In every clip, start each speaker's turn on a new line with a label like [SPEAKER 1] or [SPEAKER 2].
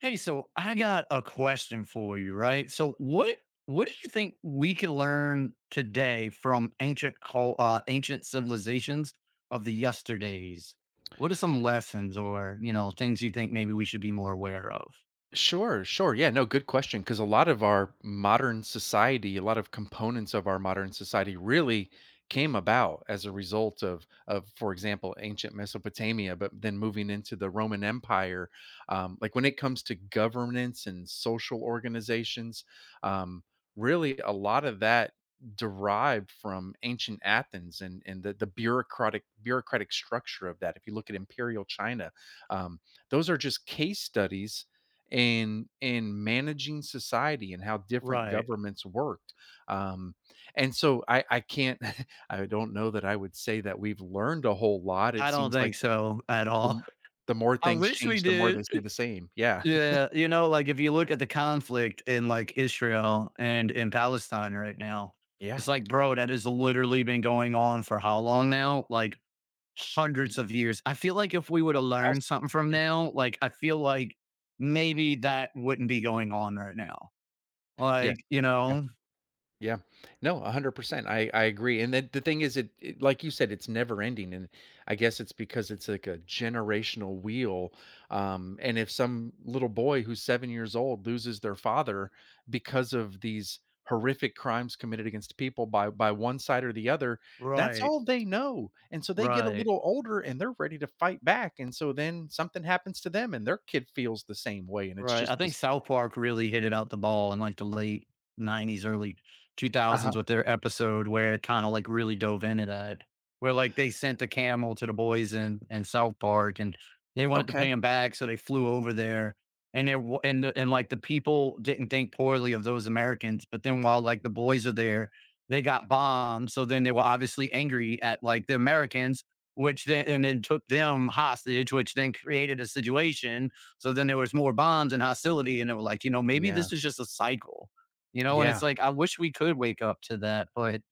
[SPEAKER 1] Hey, so I got a question for you, right? So what do you think we can learn today from ancient civilizations of the yesterdays? What are some lessons or, things you think maybe we should be more aware of?
[SPEAKER 2] Sure, sure. Yeah, no, good question. Because a lot of our modern society, a lot of components of our modern society really came about as a result of for example, ancient Mesopotamia, but then moving into the Roman Empire. Like when it comes to governance and social organizations, um, really a lot of that derived from ancient Athens and the bureaucratic structure of that. If you look at imperial China, um, those are just case studies and managing society and how different
[SPEAKER 1] Right.
[SPEAKER 2] governments worked. Um, and so I can't I don't know that I would say that we've learned a whole lot. It
[SPEAKER 1] I don't
[SPEAKER 2] seems like
[SPEAKER 1] think so at
[SPEAKER 2] the
[SPEAKER 1] all.
[SPEAKER 2] m the more
[SPEAKER 1] I
[SPEAKER 2] things
[SPEAKER 1] wish we
[SPEAKER 2] change, the more
[SPEAKER 1] did.
[SPEAKER 2] they stay the same. Yeah.
[SPEAKER 1] Yeah, like if you look at the conflict in like Israel and in Palestine right now,
[SPEAKER 2] Yeah.
[SPEAKER 1] it's like, bro, that has literally been going on for how long now? Like
[SPEAKER 2] Mm,
[SPEAKER 1] hundreds of years. I feel like if we would have learned
[SPEAKER 2] thousands.
[SPEAKER 1] something from
[SPEAKER 2] Yeah.
[SPEAKER 1] now, like I feel like maybe that wouldn't be going on right now.
[SPEAKER 2] Yes.
[SPEAKER 1] Like,
[SPEAKER 2] Yeah. Yeah. No, 100%. I agree, and then the thing is it like you said, it's never ending, and I guess it's because it's like a generational wheel, and if some little boy who's 7 years old loses their father because of these horrific crimes committed against people by one side or the other, that's
[SPEAKER 1] right,
[SPEAKER 2] all they know, and so they get a
[SPEAKER 1] right.
[SPEAKER 2] little older and they're ready to fight back, and so then something happens to them and their kid feels the same way, and it's
[SPEAKER 1] Right.
[SPEAKER 2] just
[SPEAKER 1] I think
[SPEAKER 2] this.
[SPEAKER 1] South Park really hit it out the ball in like the late 90s, early
[SPEAKER 2] Uh-huh.
[SPEAKER 1] 2000s with their episode where it kind of like really dove into that, where like they sent the camel to the boys in South Park and they wanted to
[SPEAKER 2] Okay.
[SPEAKER 1] pay him back. So they flew over there and it, wa- and, the- and like the people didn't think poorly of those Americans. But then while like the boys are there, they got bombed. So then they were obviously angry at like the Americans, and then took them hostage, which then created a situation so then there was more bombs and hostility, and they were like, maybe
[SPEAKER 2] Yeah.
[SPEAKER 1] this is just a cycle, you know. And it's
[SPEAKER 2] Yeah.
[SPEAKER 1] like I wish we could wake up to that, but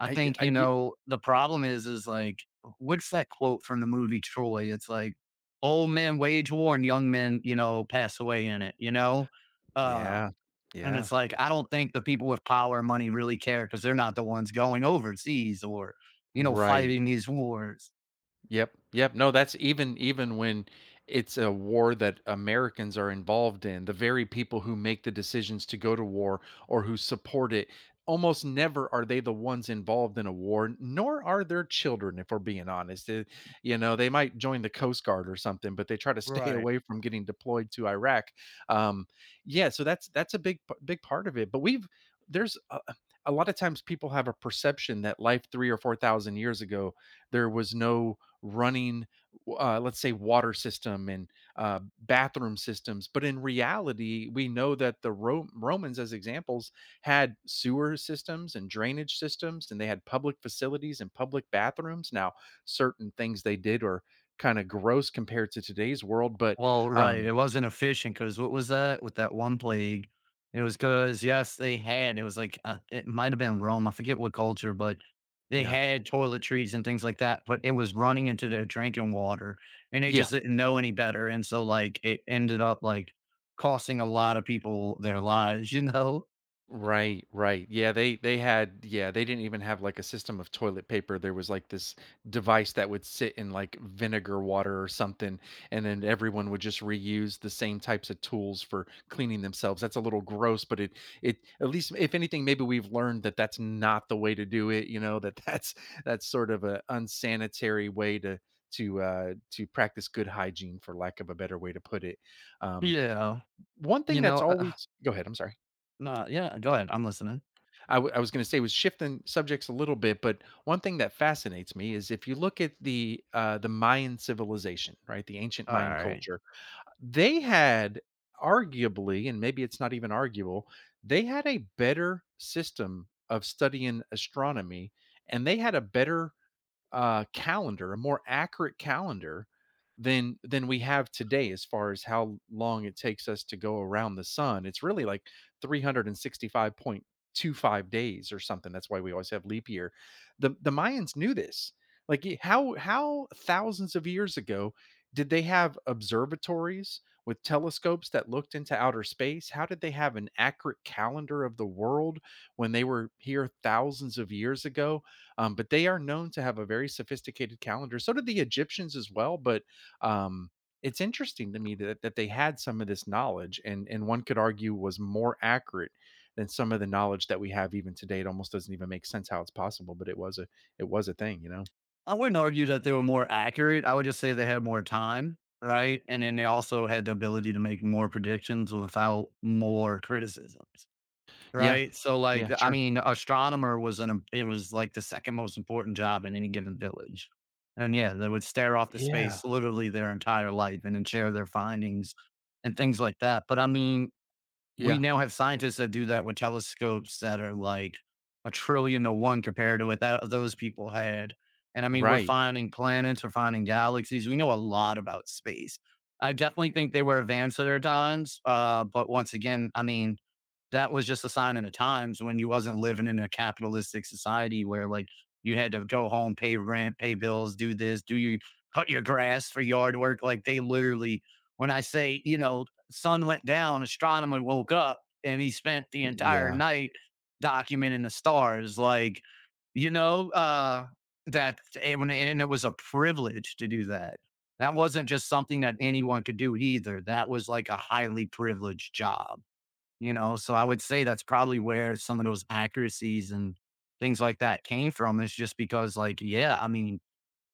[SPEAKER 1] I
[SPEAKER 2] I
[SPEAKER 1] think
[SPEAKER 2] I.
[SPEAKER 1] the problem is like what's that quote from the movie Troy? It's like old men wage war and young men, pass away in it. Uh,
[SPEAKER 2] Yeah.
[SPEAKER 1] and
[SPEAKER 2] Yeah.
[SPEAKER 1] it's like I
[SPEAKER 2] That's
[SPEAKER 1] don't think the people with power and money really care because they're not the ones going overseas or
[SPEAKER 2] right.
[SPEAKER 1] fighting these wars.
[SPEAKER 2] Yep, yep. No, that's even when it's a war that Americans are involved in, the very people who make the decisions to go to war or who support it, almost never are they the ones involved in a war, nor are their children, if we're being honest. You know, they might join the Coast Guard or something, but they try to stay
[SPEAKER 1] Right.
[SPEAKER 2] away from getting deployed to Iraq. Um, yeah, so that's big part of it. But we've there's a, A lot of times people have a perception that life 3 or 4 thousand years ago there was no running let's say water system and bathroom systems, but in reality we know that the Romans, as examples, had sewer systems and drainage systems, and they had public facilities and public bathrooms. Now certain things they did are kind of gross compared to today's world, but
[SPEAKER 1] Well, right.
[SPEAKER 2] um
[SPEAKER 1] It wasn't efficient because what was that with that one plague? It was because, yes, they had, it was like, it might have been Rome. I forget what culture, but they
[SPEAKER 2] yeah,
[SPEAKER 1] had toiletries and things like that, but it was running into their drinking water and they
[SPEAKER 2] yeah.
[SPEAKER 1] just didn't know any better. And so, like, it ended up like costing a lot of people their lives, you know?
[SPEAKER 2] Right, right. Yeah, they had yeah, they didn't even have like a system of toilet paper. There was like this device that would sit in like vinegar water or something, and then everyone would just reuse the same types of tools for cleaning themselves. That's a little gross, but it at least, if anything, maybe we've learned that that's not the way to do it, you know, that that's sort of a unsanitary way to to practice good hygiene, for lack of a better way to put it. Um
[SPEAKER 1] Yeah.
[SPEAKER 2] One
[SPEAKER 1] You
[SPEAKER 2] thing
[SPEAKER 1] know,
[SPEAKER 2] that's
[SPEAKER 1] uh, uh,
[SPEAKER 2] always go ahead, I'm sorry.
[SPEAKER 1] nah, yeah, go ahead. I'm listening.
[SPEAKER 2] I was going to say, was shifting subjects a little bit, but one thing that fascinates me is if you look at the Mayan civilization, right, the ancient
[SPEAKER 1] All
[SPEAKER 2] Mayan
[SPEAKER 1] right.
[SPEAKER 2] culture, they had arguably, and maybe it's not even arguable, they had a better system of studying astronomy, and they had a better calendar, a more accurate calendar than we have today as far as how long it takes us to go around the sun. It's really like 365.25 days or something. That's why we always have leap year. The Mayans knew this. Like how thousands of years ago did they have observatories with telescopes that looked into outer space? How did they have an accurate calendar of the world when they were here thousands of years ago? But they are known to have a very sophisticated calendar. So did the Egyptians as well. But um, it's interesting to me that they had some of this knowledge, and one could argue was more accurate than some of the knowledge that we have even today. It almost doesn't even make sense how it's possible, but it was a thing, you know?
[SPEAKER 1] I wouldn't argue that they were more accurate. I would just say they had more time, right? And then they also had the ability to make more predictions without more criticisms,
[SPEAKER 2] Yeah.
[SPEAKER 1] right? So,
[SPEAKER 2] Yeah,
[SPEAKER 1] like, I
[SPEAKER 2] sure.
[SPEAKER 1] mean, astronomer was an im- it was like the second most important job in any given village, and yeah, they would stare off the
[SPEAKER 2] Yeah.
[SPEAKER 1] space literally their entire life and then share their findings and things like that. But I mean, we
[SPEAKER 2] Yeah.
[SPEAKER 1] now have scientists that do that with telescopes that are like a trillion to one compared to those people had. And I mean, we're
[SPEAKER 2] Right.
[SPEAKER 1] finding planets, we're finding galaxies. We know a lot about space. I definitely think they were advanced at their times. But once again, I mean, that was just a sign of the times when you wasn't living in a capitalistic society where like you had to go home, pay rent, pay bills, do this, do you cut your grass for yard work. Like they literally, when I say, sun went down, astronomer woke up and he spent the entire
[SPEAKER 2] Yeah.
[SPEAKER 1] night documenting the stars. Like, you know, uh, that and it was a privilege to do that. That wasn't just something that anyone could do either. That was like a highly privileged job. You know, so I would say that's probably where some of those accuracies and things like that came from is just because like, yeah, I mean,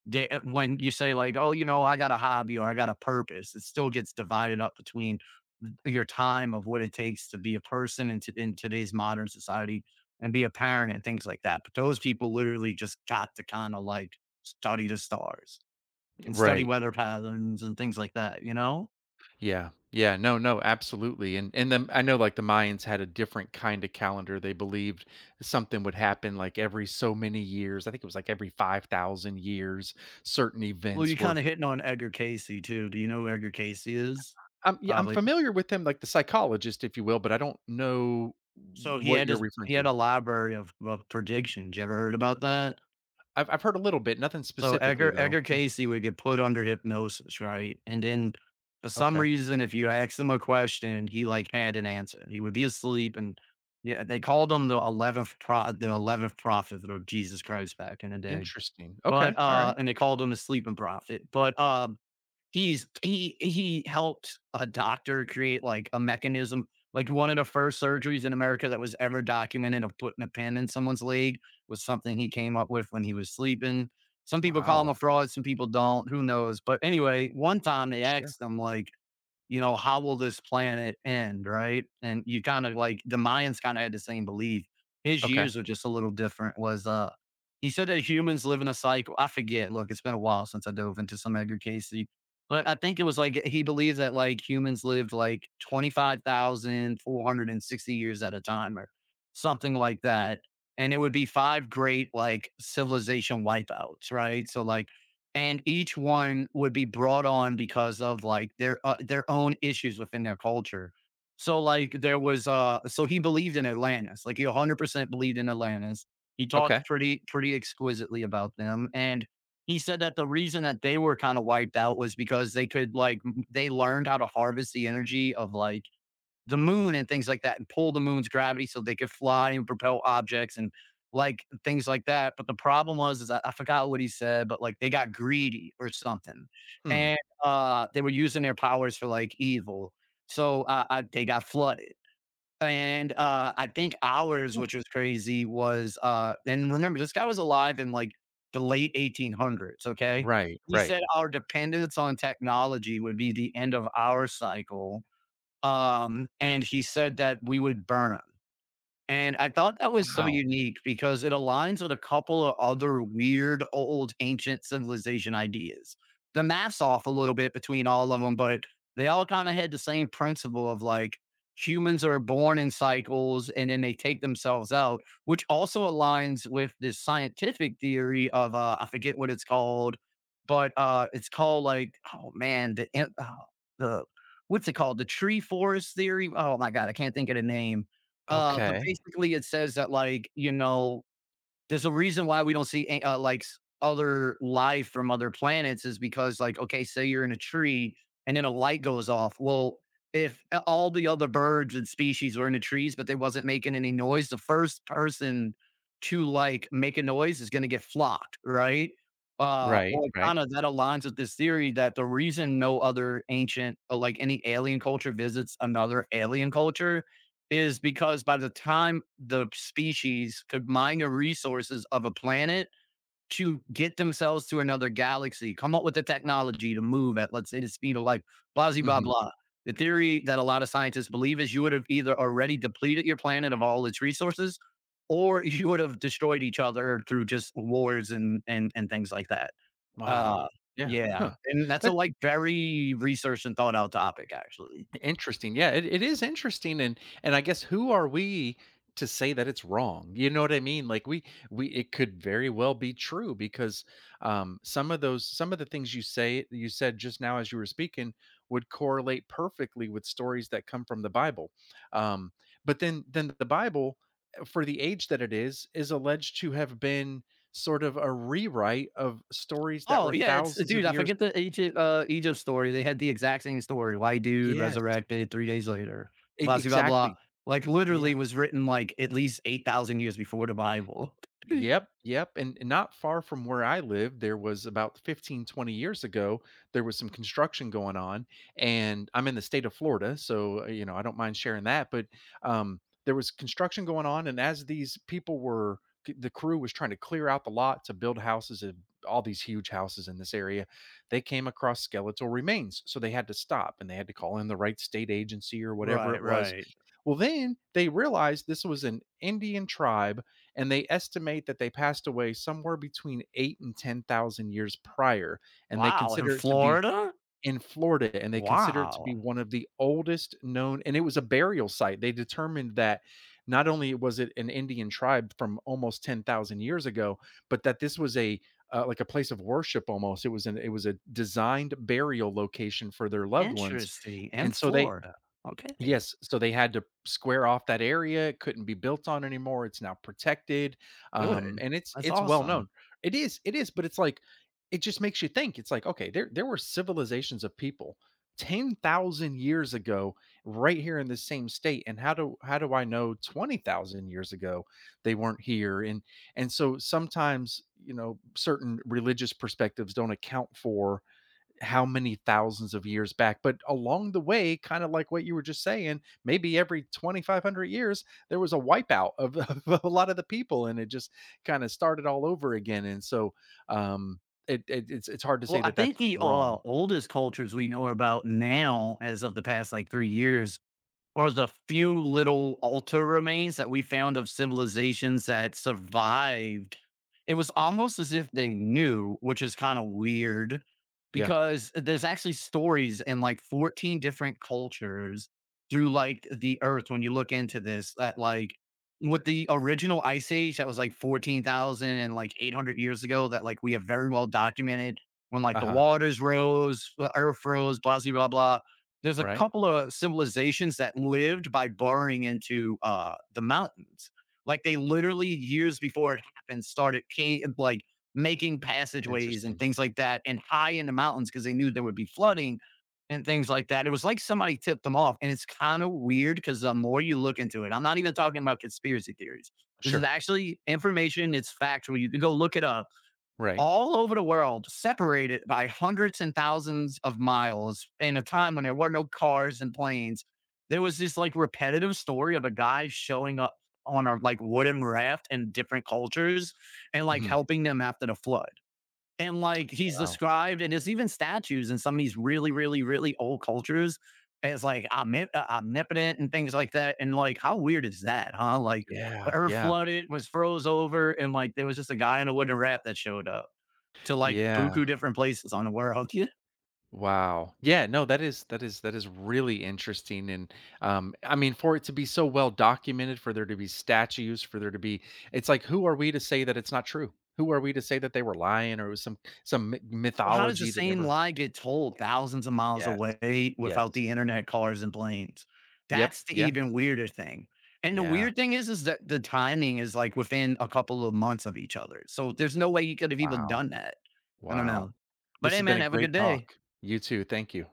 [SPEAKER 1] when you say like, oh, I got a hobby or I got a purpose, it still gets divided up between your time of what it takes to be a person in today's modern society and be a parent and things like that. But those people literally just got to kind of like study the stars and study
[SPEAKER 2] Right.
[SPEAKER 1] weather patterns and things like that, you know?
[SPEAKER 2] Yeah. Yeah. No, no, absolutely. And then I know like the Mayans had a different kind of calendar. They believed something would happen like every so many years. I think it was like every 5,000 years certain
[SPEAKER 1] Well, you're
[SPEAKER 2] events were
[SPEAKER 1] kinda hitting on Edgar Casey too. Do you know who Edgar Casey is?
[SPEAKER 2] I'm yeah, I'm
[SPEAKER 1] Probably.
[SPEAKER 2] familiar with them, like the psychologist if you will, but I don't know
[SPEAKER 1] So
[SPEAKER 2] what you're referring
[SPEAKER 1] he had
[SPEAKER 2] to.
[SPEAKER 1] a library of predictions. You ever heard about that?
[SPEAKER 2] I've heard a little bit, nothing
[SPEAKER 1] So
[SPEAKER 2] specifically
[SPEAKER 1] Edgar
[SPEAKER 2] though.
[SPEAKER 1] Edgar
[SPEAKER 2] Yeah.
[SPEAKER 1] Casey would get put under hypnosis, right? And then for some
[SPEAKER 2] Okay.
[SPEAKER 1] reason, if you asked him a question, he, like, had an answer. He would be asleep and yeah, they called him the 11th prophet of Jesus Christ back in the day.
[SPEAKER 2] Interesting.
[SPEAKER 1] But,
[SPEAKER 2] Okay. All right.
[SPEAKER 1] and they called him the sleeping prophet. He helped a doctor create like a mechanism like one of the first surgeries in america that was ever documented of putting a pin in someone's leg was something he came up with when he was sleeping. Some people call him
[SPEAKER 2] Wow.
[SPEAKER 1] a fraud, some people don't, who knows, but anyway one time they
[SPEAKER 2] Sure.
[SPEAKER 1] asked him like, you know, how will this planet end, right? And you kind of like the Mayans kind of had the same belief. His
[SPEAKER 2] Okay.
[SPEAKER 1] years were just a little different. Was He said that humans live in a cycle. I forget. Look, it's been a while since I dove into some Edgar Casey, but I think it was like he believes that like humans lived like 25,460 years at a time, or something like that. And it would be five great like civilization wipeouts, right? So like and each one would be brought on because of like their own issues within their culture. So like there was so he believed in Atlantis. Like he 100% believed in Atlantis. He
[SPEAKER 2] Okay.
[SPEAKER 1] talked pretty exquisitely about them and he said that the reason that they were kind of wiped out was because they could they learned how to harvest the energy of like the moon and things like that and pull the moon's gravity so they could fly and propel objects and like things like that. But the problem was is I forgot what he said, but like they got greedy or something,
[SPEAKER 2] Hmm.
[SPEAKER 1] and they were using their powers for like evil. So they got flooded, and I think ours, which was crazy, was and remember this guy was alive in like the late 1800s. Okay,
[SPEAKER 2] Right,
[SPEAKER 1] he
[SPEAKER 2] right.
[SPEAKER 1] said our dependence on technology would be the end of our cycle, and he said that we would burn him. And I thought that was so
[SPEAKER 2] Wow.
[SPEAKER 1] unique because it aligns with a couple of other weird old ancient civilization ideas. The math's off a little bit between all of them, but they all kind of had the same principle of like humans are born in cycles and then they take themselves out, which also aligns with this scientific theory of I forget what it's called, but it's called like, oh man, uh, the what's it called, the tree forest theory? Oh my god, I can't think of the name. But
[SPEAKER 2] Okay.
[SPEAKER 1] basically it says that, like, you know, there's a reason why we don't see a like, s other life from other planets is because, like, okay, say you're in a tree and then a light goes off. Well, if a all the other birds and species were in the trees, but they wasn't making any noise, the first person to, like, make a noise is gonna get flocked, right?
[SPEAKER 2] Right,
[SPEAKER 1] Well,
[SPEAKER 2] right.
[SPEAKER 1] kinda that aligns with this theory that the reason no other ancient or, like, any alien culture visits another alien culture is because by the time the species could mine the resources of a planet to get themselves to another galaxy, come up with the technology to move at, let's say, the speed of light, blah, blah,
[SPEAKER 2] Mhm.
[SPEAKER 1] blah. The theory that a lot of scientists believe is you would have either already depleted your planet of all its resources or you would have destroyed each other through just wars and and things like that. Uh
[SPEAKER 2] Wow. Yeah.
[SPEAKER 1] yeah.
[SPEAKER 2] Huh.
[SPEAKER 1] And that's a
[SPEAKER 2] That's
[SPEAKER 1] like very researched and thought out topic actually.
[SPEAKER 2] interesting. Yeah, it is interesting. And I guess who are we to say that it's wrong? You know what I mean? Like we it could very well be true because some of those some of the things you say you said just now as you were speaking would correlate perfectly with stories that come from the Bible. Um but then the Bible for the age that it is alleged to have been sort of a rewrite of stories that
[SPEAKER 1] Oh,
[SPEAKER 2] were
[SPEAKER 1] yeah, it's
[SPEAKER 2] thousands of
[SPEAKER 1] dude, I
[SPEAKER 2] years
[SPEAKER 1] forget Egypt story. They had the exact same story. Why, dude
[SPEAKER 2] yes.
[SPEAKER 1] resurrected 3 days later.
[SPEAKER 2] E
[SPEAKER 1] Blah, see, blah, blah.
[SPEAKER 2] exactly.
[SPEAKER 1] Like
[SPEAKER 2] Yeah.
[SPEAKER 1] literally was written like at least 8,000 years before the Bible.
[SPEAKER 2] Yep, yep, and not far from where I lived, there was about 15, 20 years ago, there was some construction going on, and I'm in the state of Florida, so, you know, I don't mind sharing that, but, um, there was construction going on, and as these people were c the crew was trying to clear out the lot to build houses and all these huge houses in this area, they came across skeletal remains, so they had to stop, and they had to call in the right state agency or whatever
[SPEAKER 1] Right,
[SPEAKER 2] it was.
[SPEAKER 1] right.
[SPEAKER 2] Well, then they realized this was an Indian tribe and they estimate that they passed away somewhere between 8 and 10,000 years prior, and they
[SPEAKER 1] Wow, in
[SPEAKER 2] consider it to be
[SPEAKER 1] Florida?
[SPEAKER 2] in Florida, and they consider it to be
[SPEAKER 1] Wow.
[SPEAKER 2] one of the oldest known, and it was a burial site. They determined that not only was it an Indian tribe from almost 10,000 years ago, but that this was a, like, a place of worship almost. It was an it was a designed burial location for their loved ones,
[SPEAKER 1] Interesting. In
[SPEAKER 2] and so they
[SPEAKER 1] Florida. Okay.
[SPEAKER 2] yes, so they had to square off that area, it couldn't be built on anymore, it's now protected,
[SPEAKER 1] Good.
[SPEAKER 2] and
[SPEAKER 1] That's
[SPEAKER 2] it's well
[SPEAKER 1] awesome.
[SPEAKER 2] known. It is, but it's like it just makes you think. It's like, okay, there were civilizations of people 10,000 years ago right here in the same state, and how do I know 20,000 years ago they weren't here? And so sometimes, you know, certain religious perspectives don't account for how many thousands of years back. But along the way, kind of like what you were just saying, maybe every 2,500 years, there was a wipeout of, of a lot of the people, and it just kind of started all over again. And so um, it, it, it's hard to
[SPEAKER 1] Well,
[SPEAKER 2] say
[SPEAKER 1] I
[SPEAKER 2] that that's
[SPEAKER 1] think the,
[SPEAKER 2] wrong.
[SPEAKER 1] oldest cultures we know about now as of the past, like, 3 years was a few little altar remains that we found of civilizations that survived. It was almost as if they knew, which is kind of weird
[SPEAKER 2] Yeah.
[SPEAKER 1] because there's actually stories in like 14 different cultures through like the earth when you look into this that like with the original ice age that was like 14,000 and like 800 years ago that like we have very well documented when like
[SPEAKER 2] Uh
[SPEAKER 1] the
[SPEAKER 2] huh.
[SPEAKER 1] waters rose, the earth rose, blah, blah, blah, blah. There's a
[SPEAKER 2] Right.
[SPEAKER 1] couple of civilizations that lived by burrowing into the mountains. Like they literally years before it happened started like making passageways and
[SPEAKER 2] Interesting.
[SPEAKER 1] things like that, and high in the mountains because they knew there would be flooding and things like that. It was like somebody tipped them off, and it's kind of weird because the more you look into it, I'm not even talking about conspiracy theories. This is
[SPEAKER 2] Sure.
[SPEAKER 1] actually information. It's factual. You can go look it up
[SPEAKER 2] Right.
[SPEAKER 1] all over the world, separated by hundreds and thousands of miles in a time when there were no cars and planes. There was this like repetitive story of a guy showing up on a like wooden raft in different cultures and like
[SPEAKER 2] Hmm.
[SPEAKER 1] helping them after the flood. And like he's
[SPEAKER 2] Wow.
[SPEAKER 1] described, and there's even statues in some of these really, really, really old cultures as like omnipotent and things like that. And like, how weird is that, huh? Like, the
[SPEAKER 2] Yeah.
[SPEAKER 1] earth
[SPEAKER 2] Yeah.
[SPEAKER 1] flooded, was froze over, and like there was just a guy in a wooden raft that showed up to like
[SPEAKER 2] Yeah.
[SPEAKER 1] buku different places on the world. Yeah.
[SPEAKER 2] Wow. Yeah, no, that is that is that is really interesting, and I mean, for it to be so well documented, for there to be statues, for there to be it's like who are we to say that it's not true? Who are we to say that they were lying or it was some
[SPEAKER 1] Well, how does the
[SPEAKER 2] mythology that
[SPEAKER 1] same
[SPEAKER 2] never
[SPEAKER 1] lie get told thousands of miles
[SPEAKER 2] yes.
[SPEAKER 1] away without
[SPEAKER 2] Yes.
[SPEAKER 1] the internet, cars, and planes?
[SPEAKER 2] Yep.
[SPEAKER 1] That's the
[SPEAKER 2] Yeah.
[SPEAKER 1] even weirder thing. And the
[SPEAKER 2] Yeah.
[SPEAKER 1] weird thing is that the timing is like within a couple of months of each other. So there's no way you could have even
[SPEAKER 2] Wow.
[SPEAKER 1] done that. I don't
[SPEAKER 2] Wow.
[SPEAKER 1] know. But
[SPEAKER 2] This
[SPEAKER 1] hey,
[SPEAKER 2] has been
[SPEAKER 1] man,
[SPEAKER 2] a
[SPEAKER 1] have a
[SPEAKER 2] great
[SPEAKER 1] good
[SPEAKER 2] talk.
[SPEAKER 1] day.
[SPEAKER 2] You too. Thank you.